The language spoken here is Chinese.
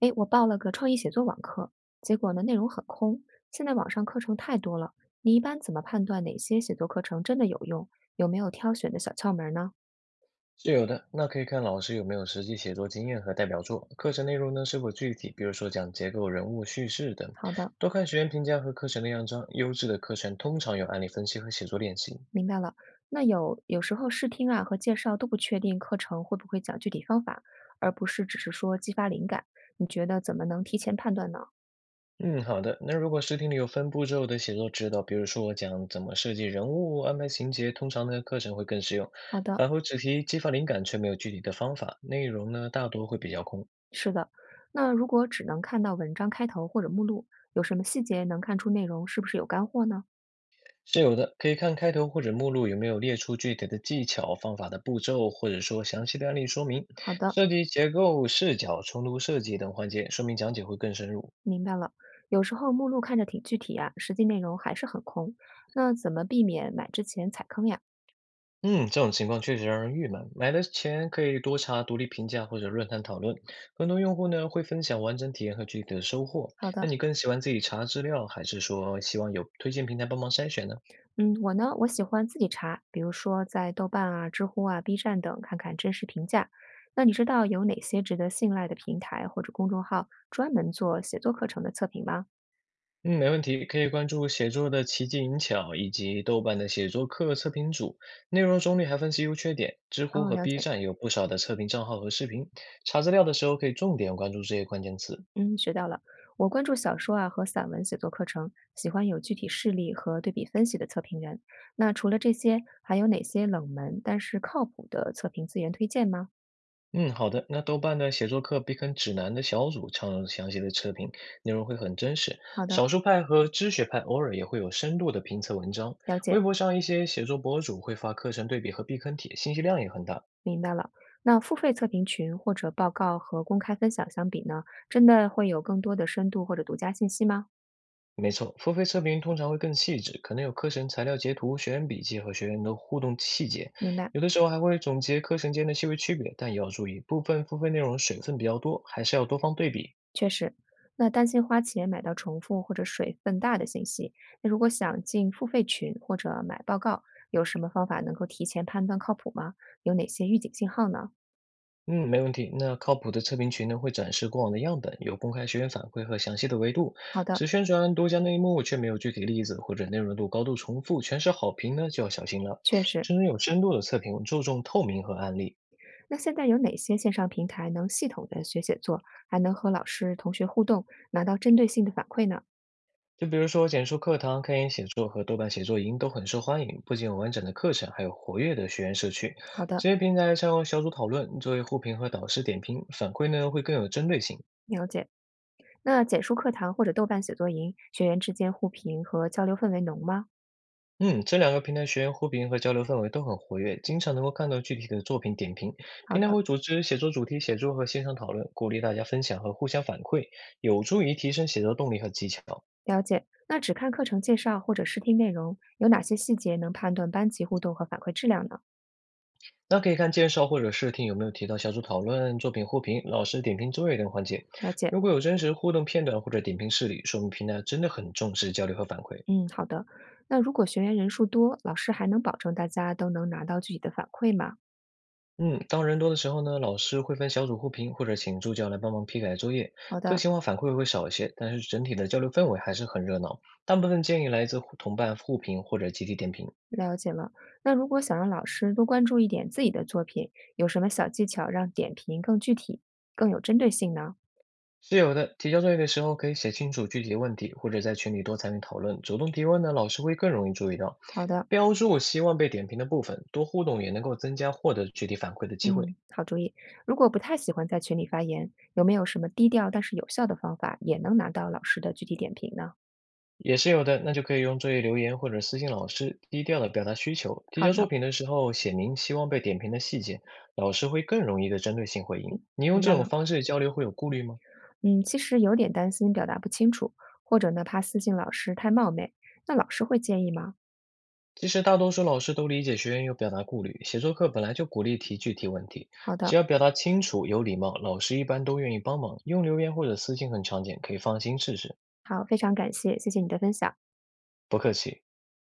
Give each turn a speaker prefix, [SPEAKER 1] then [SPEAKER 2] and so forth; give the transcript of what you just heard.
[SPEAKER 1] 诶，我报了个创意写作网课，结果呢内容很空。现在网上课程太多了，你一般怎么判断哪些写作课程真的有用？有没有挑选的小窍门儿呢？
[SPEAKER 2] 是有的，那可以看老师有没有实际写作经验和代表作，课程内容呢是否具体，比如说讲结构、人物叙事等。
[SPEAKER 1] 好的，
[SPEAKER 2] 多看学员评价和课程的样章，优质的课程通常有案例分析和写作练习。
[SPEAKER 1] 明白了。那有时候试听啊和介绍都不确定课程会不会讲具体方法，而不是只是说激发灵感。你觉得怎么能提前判断呢？
[SPEAKER 2] 嗯，好的。那如果试听里有分步骤的写作指导，比如说我讲怎么设计人物、安排情节，通常呢课程会更实用。
[SPEAKER 1] 好的，
[SPEAKER 2] 反复只提激发灵感，却没有具体的方法，内容呢大多会比较空。
[SPEAKER 1] 是的。那如果只能看到文章开头或者目录，有什么细节能看出内容是不是有干货呢？
[SPEAKER 2] 是有的，可以看开头或者目录有没有列出具体的技巧、方法的步骤，或者说详细的案例说明，
[SPEAKER 1] 好的。
[SPEAKER 2] 涉及结构、视角、冲突设计等环节，说明讲解会更深入。
[SPEAKER 1] 明白了，有时候目录看着挺具体呀，实际内容还是很空。那怎么避免买之前踩坑呀？
[SPEAKER 2] 嗯，这种情况确实让人郁闷。买的前可以多查独立评价或者论坛讨论，很多用户呢会分享完整体验和具体的收获。
[SPEAKER 1] 好
[SPEAKER 2] 那
[SPEAKER 1] 的，
[SPEAKER 2] 你更喜欢自己查资料，还是说希望有推荐平台帮忙筛选呢？
[SPEAKER 1] 嗯，我呢，我喜欢自己查，比如说在豆瓣啊、知乎啊、B 站等看看真实评价。那你知道有哪些值得信赖的平台或者公众号专门做写作课程的测评吗？
[SPEAKER 2] 嗯，没问题，可以关注写作的奇技淫巧以及豆瓣的写作课测评组，内容中立还分析优缺点。知乎
[SPEAKER 1] 哦，
[SPEAKER 2] 和
[SPEAKER 1] 了
[SPEAKER 2] B
[SPEAKER 1] 解。
[SPEAKER 2] 站有不少的测评账号和视频，查资料的时候可以重点关注这些关键词。
[SPEAKER 1] 嗯，学到了。我关注小说啊和散文写作课程，喜欢有具体事例和对比分析的测评人。那除了这些，还有哪些冷门但是靠谱的测评资源推荐吗？
[SPEAKER 2] 嗯，好的。那豆瓣的写作课避坑指南的小组常有详细的测评，内容会很真实。
[SPEAKER 1] 好的，
[SPEAKER 2] 少数派和知学派偶尔也会有深度的评测文章。
[SPEAKER 1] 了解，
[SPEAKER 2] 微博上一些写作博主会发课程对比和避坑帖，信息量也很大。
[SPEAKER 1] 明白了。那付费测评群或者报告和公开分享相比呢，真的会有更多的深度或者独家信息吗？
[SPEAKER 2] 没错，付费测评通常会更细致，可能有课程材料截图、学员笔记和学员的互动细节，
[SPEAKER 1] 明白。
[SPEAKER 2] 有的时候还会总结课程间的细微区别，但也要注意，部分付费内容水分比较多，还是要多方对比。
[SPEAKER 1] 确实，那担心花钱买到重复或者水分大的信息，那如果想进付费群或者买报告，有什么方法能够提前判断靠谱吗？有哪些预警信号呢？
[SPEAKER 2] 嗯，没问题。那靠谱的测评群呢，会展示过往的样本，有公开学员反馈和详细的维度。
[SPEAKER 1] 好的，
[SPEAKER 2] 只宣传多家内幕，却没有具体例子或者内容度高度重复，全是好评呢，就要小心了。
[SPEAKER 1] 确实。
[SPEAKER 2] 真正有深度的测评，注重透明和案例。
[SPEAKER 1] 那现在有哪些线上平台能系统的学写作，还能和老师、同学互动，拿到针对性的反馈呢？
[SPEAKER 2] 就比如说简书课堂、开源写作和豆瓣写作营都很受欢迎，不仅有完整的课程，还有活跃的学员社区。
[SPEAKER 1] 好的，
[SPEAKER 2] 这些平台常用小组讨论作为互评和导师点评，反馈呢会更有针对性。
[SPEAKER 1] 了解。那简书课堂或者豆瓣写作营，学员之间互评和交流氛围浓吗？
[SPEAKER 2] 嗯，这两个平台学员互评和交流氛围都很活跃，经常能够看到具体的作品点评。
[SPEAKER 1] 好
[SPEAKER 2] 平台
[SPEAKER 1] 的。
[SPEAKER 2] 会组织写作主题写作和线上讨论，鼓励大家分享和互相反馈，有助于提升写作动力和技巧。
[SPEAKER 1] 了解。那只看课程介绍或者试听内容，有哪些细节能判断班级互动和反馈质量呢？
[SPEAKER 2] 那可以看介绍或者试听有没有提到小组讨论、作品互评、老师点评作业等环节。
[SPEAKER 1] 了解。
[SPEAKER 2] 如果有真实互动片段或者点评事例，说明平台真的很重视交流和反馈。
[SPEAKER 1] 嗯，好的。那如果学员人数多，老师还能保证大家都能拿到具体的反馈吗？
[SPEAKER 2] 嗯，当人多的时候呢，老师会分小组互评或者请助教来帮忙批改作业，
[SPEAKER 1] 好
[SPEAKER 2] 个
[SPEAKER 1] 的，
[SPEAKER 2] 性化反馈会少一些，但是整体的交流氛围还是很热闹。大部分建议来自互同伴互评或者集体点评。
[SPEAKER 1] 了解了。那如果想让老师多关注一点自己的作品，有什么小技巧让点评更具体、更有针对性呢？
[SPEAKER 2] 是有的，提交作业的时候可以写清楚具体的问题，或者在群里多参与讨论。主动提问呢，老师会更容易注意到。
[SPEAKER 1] 好的，
[SPEAKER 2] 标注希望被点评的部分，多互动也能够增加获得具体反馈的机会。
[SPEAKER 1] 嗯，好主意。如果不太喜欢在群里发言，有没有什么低调但是有效的方法，也能拿到老师的具体点评呢？
[SPEAKER 2] 也是有的，那就可以用作业留言或者私信老师，低调的表达需求。提
[SPEAKER 1] 好
[SPEAKER 2] 交作
[SPEAKER 1] 的，
[SPEAKER 2] 品的时候写明希望被点评的细节，老师会更容易的针对性回应。你
[SPEAKER 1] 明
[SPEAKER 2] 用这
[SPEAKER 1] 白
[SPEAKER 2] 种
[SPEAKER 1] 了。
[SPEAKER 2] 方式交流会有顾虑吗？
[SPEAKER 1] 嗯，其实有点担心表达不清楚，或者呢怕私信老师太冒昧，那老师会介意吗？
[SPEAKER 2] 其实大多数老师都理解学员有表达顾虑，写作课本来就鼓励提具体问题，
[SPEAKER 1] 好的，
[SPEAKER 2] 只要表达清楚、有礼貌，老师一般都愿意帮忙。用留言或者私信很常见，可以放心试试。
[SPEAKER 1] 好，非常感谢，谢谢你的分享。
[SPEAKER 2] 不客气。